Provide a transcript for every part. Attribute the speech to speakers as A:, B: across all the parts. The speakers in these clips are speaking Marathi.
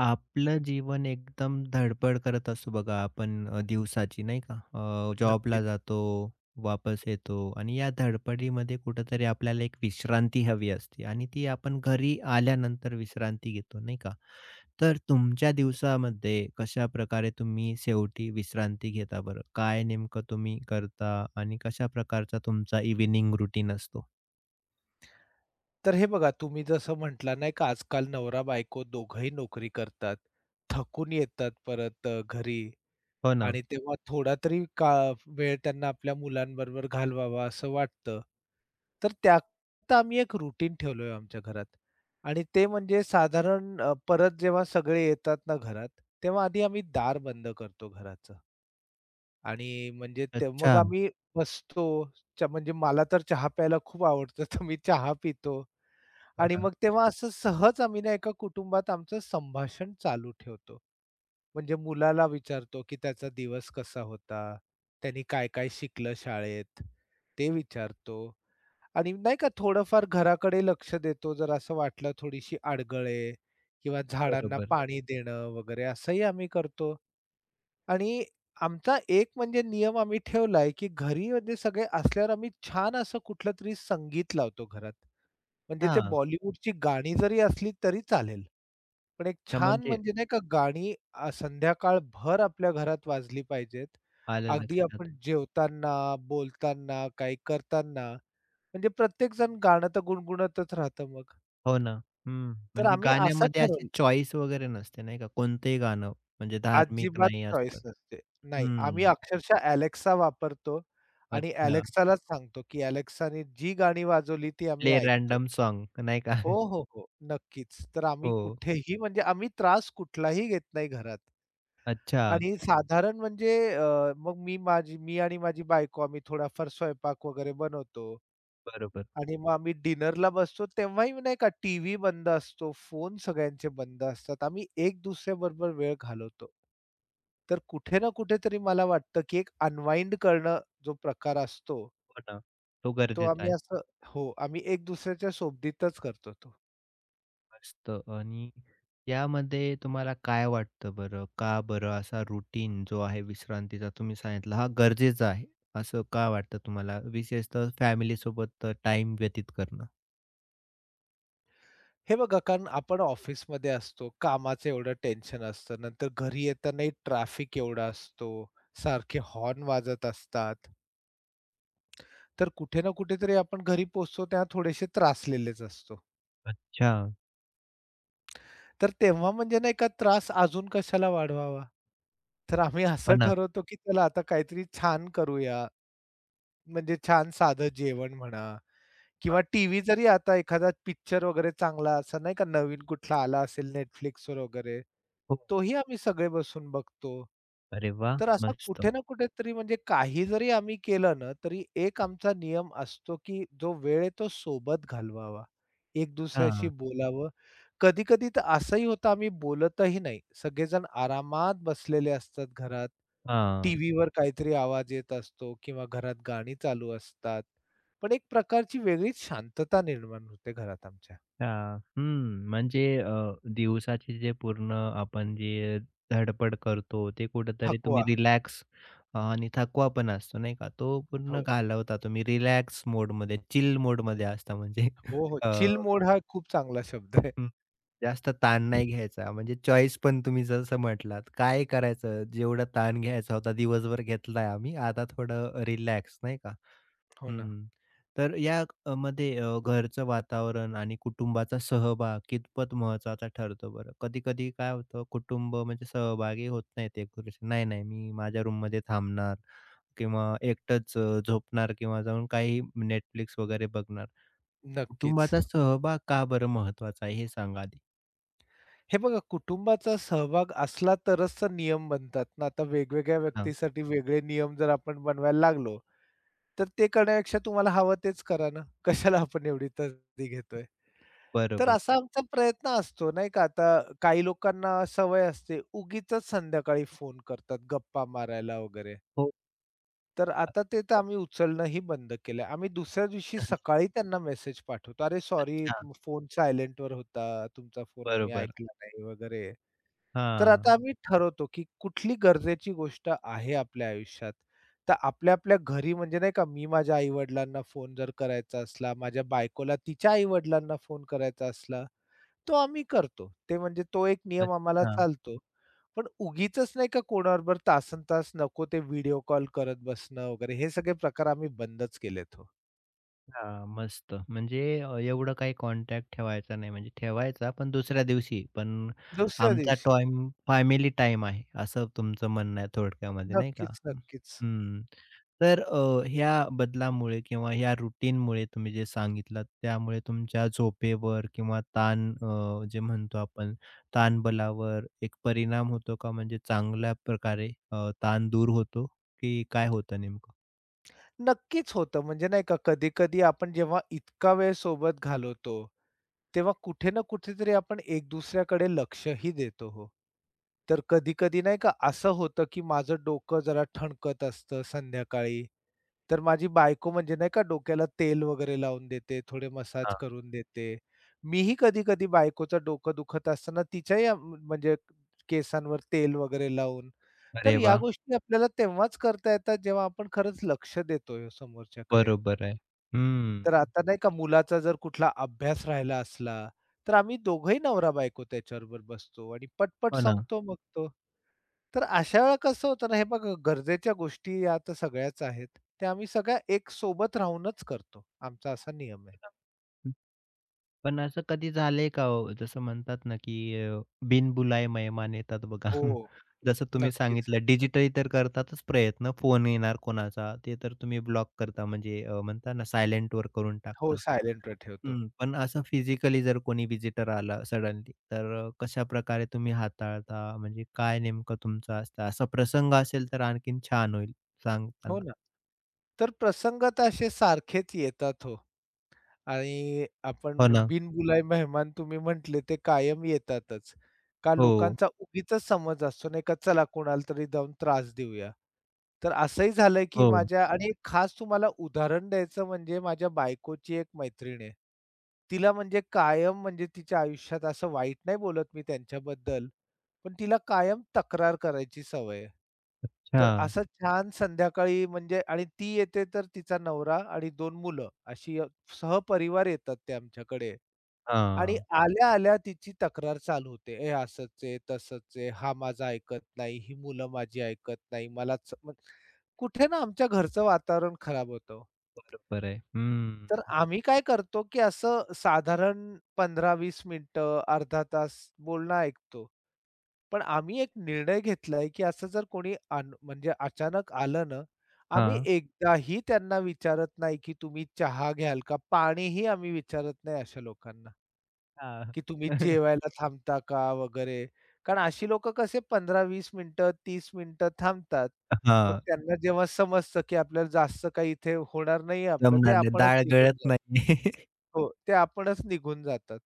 A: आपलं जीवन एकदम धडपड करत असतो बघा आपण दिवसाची नाही का? जॉबला
B: नक्कीच.
A: जातो, वापस येतो आणि या धडपडीमध्ये कुठेतरी आपल्याला एक विश्रांती हवी असते आणि ती आपण घरी आल्यानंतर विश्रांती घेतो नाही का? तर तुमच्या दिवसामध्ये कशाप्रकारे तुम्ही शेवटी विश्रांती घेता बरं? काय नेमकं तुम्ही करता आणि कशा प्रकारचा तुमचा इव्हनिंग रुटीन असतो?
B: तर हे बघा तुम्ही जसं म्हटला नाही का आजकाल नवरा-बायको दोघंही नोकरी करतात. थकून येतात परत घरी
A: हो ना.
B: आणि तेव्हा थोडा तरी का वेळ त्यांना आपल्या मुलांबरोबर घालवावा असं वाटतं. तर त्यात आम्ही एक रूटीन ठेवलोय आमच्या घरात आणि ते म्हणजे साधारण परत जेव्हा सगळे येतात ना घरात, तेव्हा आधी आम्ही दार बंद करतो घराचं आणि म्हणजे ते मग
A: अच्छा.
B: आम्ही बसतो. म्हणजे मला तर चहा प्यायला खूप आवडतं तर मी चहा पितो.
A: हो
B: आणि
A: ना.
B: मग तेव्हा असं सहज आम्ही ना एका कुटुंबात आमचं संभाषण चालू ठेवतो. म्हणजे मुलाला विचारतो, की त्याचा दिवस कसा होता? त्यानी काय-काय शिकलं शाळेत? ते विचारतो आणि नाही का थोडंफार घराकडे लक्ष देतो. जर असं वाटलं थोडीशी अडगळ किंवा झाडांना
A: बरोबर.
B: पाणी देणं वगैरे असंही आम्ही करतो. आणि आमचा एक म्हणजे नियम आम्ही ठेवलाय, की घरी म्हणजे सगळे असल्यावर आम्ही छान असं कुठलंतरी संगीत लावतो घरात. म्हणजे ते
A: हां.
B: बॉलिवूडची गाणी जरी असली तरी चालेल. पण एक
A: अच्छा
B: छान
A: म्हणजे
B: म्हणजे नाही का गाणी संध्याकाळभर आपल्या घरात वाजली पाहिजेत.
A: आलं
B: अगदी
A: लक्षात.
B: आपण जेवताना, बोलताना, काही करताना म्हणजे प्रत्येकजण गाणं तर गुणगुणतच राहतं मग.
A: हो ना. हं.
B: तर
A: म्हणजे
B: आम्ही असं
A: गाण्यामध्ये अशी
B: ठरवलं
A: चॉईस वगैरे नसते नाही का? कोणतंही गाणं म्हणजे धार्मिक
B: अजिबात
A: नाही असतं.
B: चॉईस नसते. नाही, आम्ही
A: हं.
B: अक्षरशः Alexa वापरतो आणि
A: अच्छा.
B: Alexaलाच सांगतो, की Alexaने जी गाणी वाजवली ती आम्ही
A: प्ले
B: ऐकतो.
A: रँडम सॉन्ग नाही का?
B: हो, हो, हो. नक्कीच. तर आम्ही
A: हो.
B: कुठेही म्हणजे आम्ही त्रास कुठलाही घेत नाही घरात.
A: अच्छा.
B: आणि साधारण म्हणजे मग मी आणि माझी बायको आम्ही थोडाफार स्वयंपाक वगैरे बनवतो.
A: बरोबर.
B: आणि मग आम्ही डिनरला बसतो तेव्हाही नाही का टीव्ही बंद असतो, फोन सगळ्यांचे बंद असतात. आम्ही एक दुसऱ्याबरोबर वेळ घालवतो. तर कुठे ना कुठेतरी मला वाटतं, की एक अनवाइंड करणं जो प्रकार असतो,
A: हो ना. तो
B: तो
A: गरजेचा
B: आम्ही
A: आहे.
B: असं हो, आम्ही एक दुसऱ्याच्या सोबतीतच करतो तो.
A: मस्त आणि यामध्ये तुम्हाला काय वाटतं बरं? का बरं असा रूटीन जो आहे विश्रांतीचा तुम्ही सांगितला हा गरजेचा आहे. असं का वाटतं तुम्हाला? विशेषतः फॅमिलीसोबत टाईम व्यतीत करणं?
B: हे बघा, कारण आपण ऑफिसमध्ये असतो, कामाचं एवढं टेन्शन असतं, नंतर घरी येतानाही ट्रॅफिक एवढा असतो, सारखे हॉर्न वाजत असतात. तर कुठे ना कुठेतरी आपण घरी पोहोचतो तेव्हा थोडेसे त्रासलेलेच असतो.
A: अच्छा.
B: तर तेव्हा म्हणजे नाही का त्रास अजून कशाला वाढवावा. तर आम्ही असं
A: हो ना.
B: ठरवतो, की चला आता काहीतरी छान करूया. म्हणजे छान साधं जेवण म्हणा
A: हां.
B: किंवा टीव्ही जरी आता एखादा पिक्चर वगैरे चांगला असा नाही का नवीन कुठला आला असेल Netflixवर वगैरे,
A: हो.
B: तोही आम्ही सगळे बसून बघतो.
A: अरे वाह!
B: तर असं
A: मस्त.
B: कुठे ना कुठेतरी म्हणजे काही जरी आम्ही केलं ना, तरी एक आमचा नियम असतो, की जो वेळ आहे तो सोबत घालवावा. एक दुसऱ्याशी
A: हां,
B: बोलावं. कधी-कधी तर असंही होतं आम्ही बोलतही नाही. सगळेजण आरामात बसलेले असतात घरात.
A: हां,
B: टीव्हीवर काहीतरी आवाज येत असतो किंवा घरात गाणी चालू असतात. पण एक प्रकारची वेगळीच शांतता निर्माण होते घरात आमच्या.
A: अच्छा. हं, म्हणजे दिवसाची जे पूर्ण आपण जे धडपड करतो, ते कुठेतरी तुम्ही
B: थकवा.
A: रिलॅक्स आणि थकवा पण असतो नाही का, तो पूर्ण
B: हो,
A: घालवता तुम्ही रिलॅक्स मोडमध्ये, चिल मोडमध्ये असता म्हणजे
B: हो, हो.
A: अ,
B: चिल मोड हा खूप चांगला शब्द आहे.
A: हं, जास्त ताण नाही घ्यायचा. म्हणजे चॉईस पण तुम्ही जसं म्हटलात, काय करायचं जेवढा ताण घ्यायचा होता दिवसभर घेतलाय आम्ही, आता थोडं रिलॅक्स नाही का.
B: हो ना.
A: हं. तर या मध्ये घरचं वातावरण आणि कुटुंबाचा सहभाग कितपत महत्त्वाचा ठरतो बरं? कधी-कधी काय होतं कुटुंब म्हणजे सहभागी होत नाहीत एकमेकांशी. "नाही, नाही, मी माझ्या रूममध्ये थांबणार" किंवा एकटंच झोपणार किंवा जाऊन काही Netflix वगैरे बघणार.
B: नक्कीच.
A: कुटुंबाचा सहभाग का बरं महत्त्वाचा आहे हे सांगा आधी?
B: हे बघा कुटुंबाचा सहभाग असला तरच तर नियम बनतात ना. आता वेगवेगळ्या
A: हां,
B: व्यक्तीसाठी वेगळे नियम जर आपण बनवायला लागलो, तर ते करण्यापेक्षा तुम्हाला हवं तेच करा ना. कशाला आपण एवढी तसदी घेतोय. तर
A: बरोबर.
B: असा आमचा प्रयत्न असतो नाही का. आता काही लोकांना सवय असते उगीचच संध्याकाळी फोन करतात गप्पा मारायला वगैरे.
A: हो
B: तर
A: का?
B: आता ते तर आम्ही उचलणंही बंद केलंय. आम्ही दुसऱ्या दिवशी सकाळी त्यांना मेसेज पाठवतो, "अरे सॉरी
A: अच्छा,
B: फोन सायलेंट वर होता. तुमचा फोन आम्ही
A: बरोबर.
B: ऐकला नाही" वगैरे. तर आता हं.
A: हां,
B: आम्ही ठरवतो, की कुठली गरजेची गोष्ट आहे आपल्या आयुष्यात. तर आपल्या आपल्या घरी म्हणजे नाही का, मी माझ्या आई-वडिलांना फोन जर करायचा असला, माझ्या बायकोला तिच्या आई-वडिलांना फोन करायचा असला, तो आम्ही करतो. ते म्हणजे तो एक नियम आम्हाला
A: अच्छा.
B: चालतो. पण उगीचच नाही का कोणाबरोबर तासन तास नको ते व्हिडिओ कॉल करत बसणं वगैरे हे सगळे प्रकार आम्ही बंदच केलेत हो.
A: हां, मस्त. म्हणजे एवढं काही कॉन्टॅक्ट ठेवायचा नाही. म्हणजे ठेवायचा पण दुसऱ्या दिवशी. पण
B: दुसऱ्या
A: आमचा
B: दिवशी
A: टाईम फॅमिली टाईम आहे, असं तुमचं म्हणणं आहे थोडक्यामध्ये नाही का?
B: नक्कीच, नक्कीच.
A: हं. तर ह्या बदलामुळे किंवा ह्या रूटीनमुळे तुम्ही जे सांगितलात, त्यामुळे तुमच्या झोपेवर किंवा ताण जे म्हणतो आपण ताणबलावर एक परिणाम होतो का? म्हणजे चांगल्या प्रकारे ताण दूर होतो, की काय होतं नेमकं?
B: नक्कीच होतं म्हणजे नाही का कधी-कधी आपण जेव्हा इतका वेळ सोबत घालवतो, तेव्हा कुठे ना कुठेतरी आपण एक दुसऱ्याकडे लक्षही देतो हो. तर कधी-कधी नाही का असं होतं, की माझं डोकं जरा ठणकत असतं संध्याकाळी. तर माझी बायको म्हणजे नाही का डोक्याला तेल वगैरे लावून देते, थोडे मसाज
A: हां.
B: करून देते. मीही कधी-कधी बायकोचं डोकं दुखत असताना तिच्याही म्हणजे केसांवर तेल वगैरे लावून. तर
A: अरे
B: या
A: वाह!
B: गोष्टी आपल्याला तेव्हाच करता येतात जेव्हा आपण खरंच लक्ष देतोय समोरच्याकडे.
A: बरोबर आहे. हं.
B: तर आता नाही का मुलाचा जर कुठला अभ्यास राहिला असला, तर आम्ही दोघंही नवरा-बायको त्याच्याबरोबर बसतो आणि पटपट
A: हो ना.
B: संपतो मग तो. तर अशा वेळेला कसं होतं ना, हे बघा गरजेच्या गोष्टी या तर सगळ्याच आहेत. त्या आम्ही सगळ्या एक सोबत राहूनच करतो. आमचा असा नियम आहे.
A: पण पण असं कधी झालंय का हो? जसं म्हणतात ना, की बिन बुलाए मेहमान येतात बघा.
B: हो.
A: जसं तुम्ही
B: नक्कीच.
A: सांगितलं डिजिटली तर करतातच प्रयत्न. फोन येणार कोणाचा ते तर तुम्ही ब्लॉक करता म्हणजे म्हणता ना सायलेंटवर करून
B: हो,
A: टाकता.
B: सायलेंटवर ठेवतो.
A: हं. पण असं फिजिकली जर कोणी व्हिजिटर आला सडनली तर कशाप्रकारे तुम्ही हाताळता? म्हणजे काय नेमकं तुमचं असतं? असा प्रसंग असेल तर आणखीन छान होईल
B: हो
A: सांगताना.
B: ना. तर प्रसंग तर असे सारखेच येतात हो. आणि
A: हो
B: आपण
A: ना.
B: बिनबुलाए मेहमान तुम्ही म्हटले ते कायम येतातच. का
A: हो,
B: लोकांचा उगीचच समज असतो नाही का, चला कोणाला तरी जाऊन त्रास देऊया. तर असंही झालंय की
A: हो.
B: माझ्या आणि खास तुम्हाला उदाहरण द्यायचं म्हणजे माझ्या बायकोची एक मैत्रीण आहे. तिला म्हणजे कायम म्हणजे तिच्या आयुष्यात असं वाईट नाही बोलत मी त्यांच्याबद्दल, पण तिला कायम तक्रार करायची सवय आहे.
A: अच्छा.
B: तर असं छान संध्याकाळी म्हणजे आणि ती येते तर तिचा नवरा आणि 2 मुलं अशी सहपरिवार येतात ते आमच्याकडे आणि
A: हां,
B: आल्या-आल्या तिची तक्रार चालू होते. "हे असंच आहे, तसंच आहे, हा माझा ऐकत नाही, ही मुलं माझी ऐकत नाही, मलाच" मग कुठे ना आमच्या घरचं वातावरण खराब होतं हो.
A: बरोबर आहे.
B: तर
A: हं,
B: आम्ही काय करतो, की असं साधारण 15-20 मिनिटं, अर्धा तास बोलणं ऐकतो. पण आम्ही एक निर्णय घेतलाय, की असं जर कोणी म्हणजे अचानक आलं ना, आम्ही
A: हां.
B: एकदाही त्यांना विचारत नाही, की तुम्ही चहा घ्याल का? पाणीही आम्ही विचारत नाही अशा लोकांना.
A: हां.
B: की तुम्ही जेवायला थांबता का वगैरे. कारण अशी लोकं कसे 15 वीस मिनिटं, 30 मिनिटं थांबतात. मग
A: हां,
B: त्यांना जेव्हा समजतं, की आपल्याला जास्त काही इथे होणार नाहीये आपलं, ते
A: जमणार नाही.
B: आपणच
A: डाळ
B: निघून
A: गळत
B: जातात.
A: नाही.
B: हो, ते आपणच निघून जातात.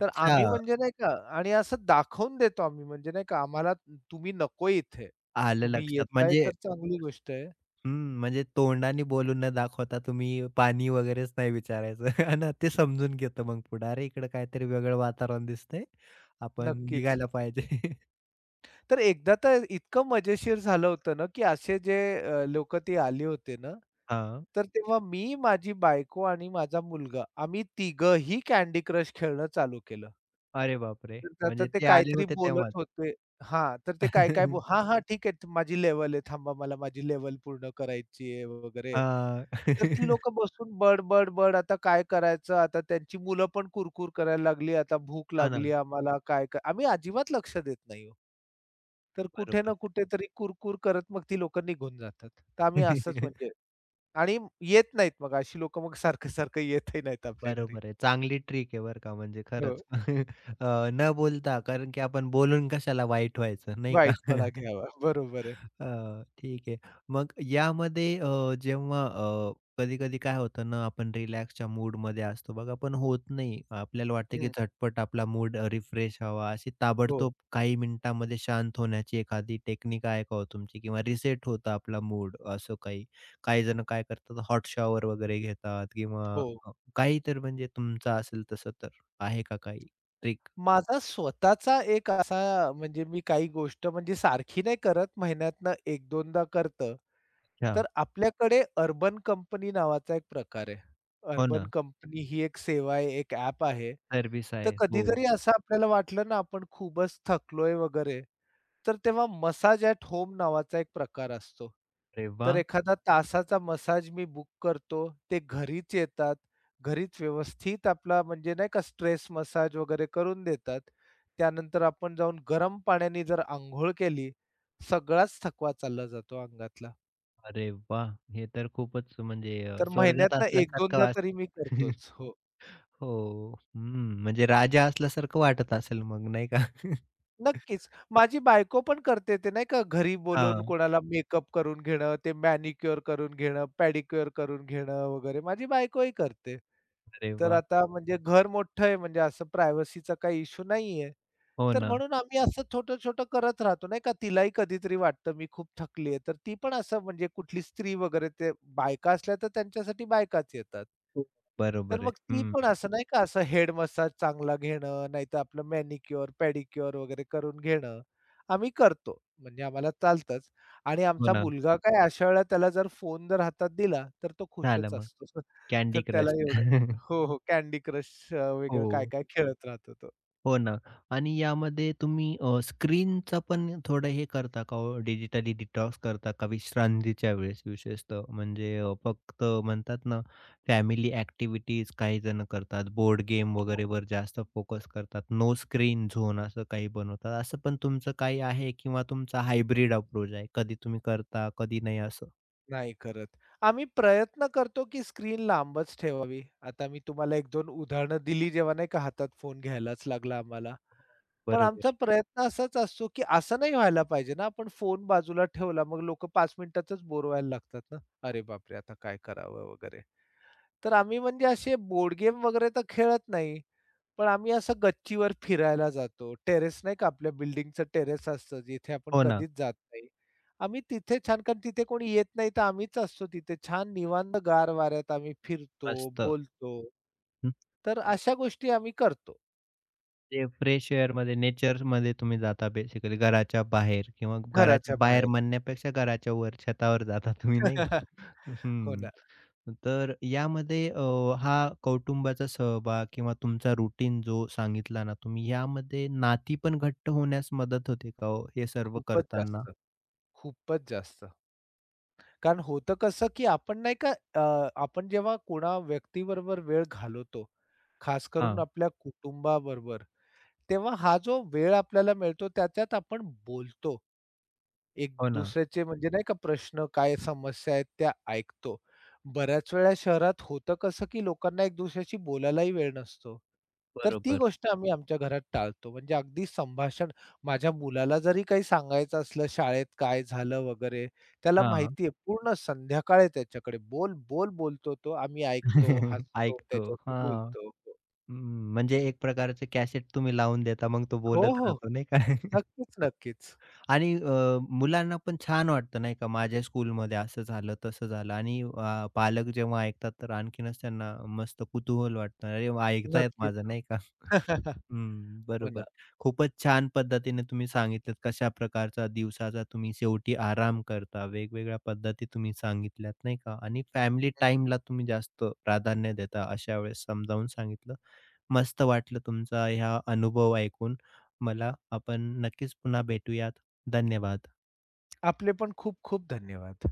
B: तर आम्ही म्हणजे नाही का आणि असं दाखवून देतो आम्ही म्हणजे नाही का आम्हाला तुम्ही नको इथे.
A: आलं
B: तुम्ही
A: लक्षात.
B: येताय तर
A: म्हणजे
B: चांगली गोष्ट आहे.
A: हं, म्हणजे तोंडाने बोलून न दाखवता तुम्ही पाणी वगैरेच नाही विचारायचं. आहे ना, ते समजून घेतं मग पुढे. अरे, इकडं काहीतरी वेगळं वातावरण दिसतंय. आपण
B: नक्कीच.
A: निघायला पाहिजे.
B: तर एकदा तर इतकं मजेशीर झालं होतं ना, की असे जे ती आली होती ना
A: हां,
B: तर तेव्हा मी, माझी बायको आणि माझा मुलगा आम्ही तिघंही कँडी क्रश खेळणं चालू केलं.
A: अरे बापरे!
B: तर आता
A: म्हणजे
B: ते
A: ते आले
B: काहीतरी
A: होते तेव्हाच.
B: बोलत होते हां, तर ते काय-काय हां, हां, ठीक आहे. माझी लेव्हल आहे. थांबा, मला माझी लेव्हल पूर्ण करायची आहे वगैरे.
A: हां.
B: तर ती लोकं बसून बड, बड, बड आता काय करायचं? आता त्यांची मुलं पण कुरकूर करायला लागली. आता भूक
A: हो ना,
B: लागली आम्हाला काय-काय आम्ही अजिबात लक्ष देत नाही हो. तर कुठे
A: बरोबर
B: ना
A: आहे.
B: कुठेतरी कुरकूर करत मग ती लोकं निघून जातात. तर आम्ही असंच म्हणजे आणि येत नाहीत मग अशी लोकं मग सारखं-सारखं येतही नाहीत आपल्या घरी.
A: बरोबर आहे. चांगली ट्रिक आहे बरं का म्हणजे
B: हो,
A: खरंच. न बोलता कारण की आपण बोलून कशाला वाईट व्हायचं नाही का?
B: वाईटपणा घ्यावा. बरोबर आहे.
A: अ, ठीक आहे. मग यामध्ये जेव्हा कधी-कधी काय होतं ना, आपण रिलॅक्सच्या मूडमध्ये असतो बघा, पण होत नाही. आपल्याला वाटतं की
B: हं.
A: झटपट आपला मूड रिफ्रेश व्हावा, अशी
B: हो,
A: ताबडतोब काही मिनिटांमध्ये शांत होण्याची एखादी टेक्निक आहे का हो तुमची? किंवा रिसेट होतं आपला मूड, असं काही? काही जण काय करतात, हॉट शॉवर वगैरे घेतात किंवा
B: हो.
A: काही तर म्हणजे तुमचं असेल तसं तर, आहे का काही ट्रिक?
B: माझा स्वतःचा एक असा म्हणजे मी काही गोष्ट म्हणजे सारखी नाही करत, महिन्यातनं एक 2दा करतं.
A: अच्छा.
B: तर आपल्याकडे अर्बन कंपनी नावाचा एक प्रकार आहे.
A: हो ना,
B: अर्बन कंपनी ही एक सेवा आहे, एक ॲप आहे.
A: सर्व्हिस
B: तर
A: आहे. हो.
B: कधीतरी असं आपल्याला वाटलं ना आपण खूपच थकलोय वगैरे तर तेव्हा मसाज ॲट होम नावाचा एक प्रकार असतो.
A: अरे
B: तर
A: वाह!
B: एखादा तासाचा मसाज मी बुक करतो. ते घरीच येतात. घरीच व्यवस्थित आपला म्हणजे नाही का स्ट्रेस मसाज वगैरे करून देतात. त्यानंतर आपण जाऊन गरम पाण्याने जर अंघोळ केली, सगळाच थकवा चालला जातो अंगातला.
A: अरे वाह! हे तर खूपच म्हणजे
B: तर
A: स्वर्गात
B: महिन्यातनं
A: असल्यासारखं
B: 1-2दा
A: वाट
B: तरी मी करतोच. हो.
A: हो. हं, म्हणजे राजा असल्यासारखं वाटत असेल मग नाही का?
B: नक्कीच. माझी बायको पण करते ते नाही का घरी बोलवून
A: हां.
B: कोणाला मेकअप करून घेणं, ते मॅनिक्युअर करून घेणं, पेडिक्युअर करून घेणं वगैरे माझी बायकोही करते.
A: अरे
B: तर
A: वाह!
B: आता म्हणजे घर मोठं आहे म्हणजे असं प्रायव्हसीचा काही इश्यू नाहीये.
A: हो
B: तर
A: ना.
B: म्हणून आम्ही असं छोटं-छोटं करत राहतो, नाही का. तिलाही कधीतरी वाटतं मी खूप थकली आहे, तर ती पण असं म्हणजे कुठली स्त्री वगैरे ते बायका असल्या तर त्यांच्यासाठी बायकाच येतात.
A: खूप
B: तर
A: बरोबर
B: मग
A: आहे.
B: ती
A: हं.
B: पण असं नाही का असं हेड मसाज चांगला घेणं, नाहीतर आपलं मॅनिक्युअर, पेडिक्युअर वगैरे करून घेणं, आम्ही करतो. म्हणजे आम्हाला चालतंच आणि
A: हो
B: आमचा
A: ना.
B: मुलगा काय अशा वेळेला त्याला जर फोन जर हातात दिला, तर तो
A: झालं
B: खुशच
A: मग
B: असतो. तर
A: कँडी
B: त्याला
A: क्रश.
B: एवढं हो, हो. कँडी क्रश वेगळं
A: हो.
B: काय-काय खेळत राहतो तो.
A: हो ना. आणि यामध्ये तुम्ही स्क्रीनचं पण थोडं हे करता का हो? डिजिटली डिटॉक्स करता का विश्रांतीच्या वेळेस विशेषतः? म्हणजे फक्त म्हणतात ना, फॅमिली ॲक्टिव्हिटीज काही जण करतात, बोर्ड गेम वगैरेवर जास्त फोकस करतात, नो स्क्रीन झोन असं काही बनवतात. असं पण तुमचं काही आहे किंवा तुमचा हायब्रिड अप्रोच आहे? कधी तुम्ही करता, कधी नाही असं?
B: नाही करत. आम्ही प्रयत्न करतो, की स्क्रीन लांबच ठेवावी. आता मी तुम्हाला एक दोन उदाहरणं दिली, जेव्हा नाही का हातात फोन घ्यायलाच लागला आम्हाला. पण आमचा
A: बरोबर.
B: प्रयत्न असाच असतो, की असं नाही व्हायला पाहिजे ना, आपण फोन बाजूला ठेवला, मग लोकं 5 मिनिटातच बोर व्हायला लागतात ना. "अरे बापरे! आता काय करावं?" वगैरे. तर आम्ही म्हणजे असे बोर्ड गेम वगैरे तर खेळत नाही. पण आम्ही असं गच्चीवर फिरायला जातो. टेरेस नाही का आपल्या बिल्डिंगचं टेरेस असतं, जिथे आपण
A: हो ना.
B: कधीच जात नाही. आम्ही तिथे छान कारण तिथे कोणी येत नाही, तर आम्हीच असतो तिथे. छान निवांत गार वाऱ्यात आम्ही फिरतो,
A: मस्त.
B: बोलतो. तर अशा गोष्टी आम्ही करतो
A: म्हणजे फ्रेश एअरमध्ये, नेचरमध्ये तुम्ही जाता बेसिकली घराच्या बाहेर किंवा घराच्या
B: घराच्या
A: बाहेर
B: बाहेर.
A: म्हणण्यापेक्षा घराच्या वर छतावर जाता तुम्ही नाही का?
B: हो
A: हं.
B: ना.
A: तर यामध्ये हा कौटुंबाचा सहभाग किंवा तुमचा रुटीन जो सांगितला ना तुम्ही, यामध्ये नाती पण घट्ट होण्यास मदत होते का हो, हे सर्व
B: खूपच
A: करताना?
B: जास्त, खूपच जास्त. कारण होतं कसं, की आपण नाही का आपण जेव्हा कोणा व्यक्तीबरोबर वेळ घालवतो, खास करून
A: हां.
B: आपल्या कुटुंबाबरोबर, तेव्हा हा जो वेळ आपल्याला मिळतो त्याच्यात आपण बोलतो. एक
A: हो ना.
B: दुसऱ्याचे म्हणजे नाही का प्रश्न, काय समस्या आहेत त्या ऐकतो. बऱ्याच वेळा शहरात होतं कसं, की लोकांना एक दुसऱ्याशी बोलायलाही वेळ नसतो. तर ती
A: बरोबर.
B: गोष्ट आम्ही आमच्या घरात टाळतो. म्हणजे अगदी संभाषण माझ्या मुलाला जरी काही सांगायचं असलं शाळेत काय झालं वगैरे, त्याला
A: हां.
B: माहिती पूर्ण संध्याकाळ आहे त्याच्याकडे. बोल, बोल बोलतो तो. आम्ही ऐकतो, हसतो,
A: ऐकतो.
B: त्याच्याशी
A: हां.
B: बोलतो.
A: हं. म्हणजे एक प्रकारचे कॅसेट तुम्ही लावून देता, मग तो
B: हो,
A: बोलत
B: हो.
A: राहतो नाही का?
B: नक्कीच, नक्कीच.
A: आणि मुलांना पण छान वाटतं नाही का, माझ्या स्कूलमध्ये असं झालं, तसं झालं आणि पालक जेव्हा ऐकतात तर आणखीनच त्यांना मस्त कुतूहल वाटतं. अरे वाह! ऐकतायत माझं नाही
B: नक्कीच.
A: का. हं,
B: हो
A: बरोबर.
B: ना.
A: खूपच छान पद्धतीने तुम्ही सांगितलत कशा प्रकारचा दिवसाचा तुम्ही शेवटी आराम करता. वेगवेगळ्या पद्धती तुम्ही सांगितल्यात नाही का आणि फॅमिली
B: हं.
A: टाईमला तुम्ही जास्त प्राधान्य देता अशा वेळेस समजावून सांगितलं. मस्त वाटलं तुमचा ह्या अनुभव ऐकून मला. आपण नक्कीच पुन्हा भेटूयात. धन्यवाद.
B: आपले पण खूप खूप धन्यवाद.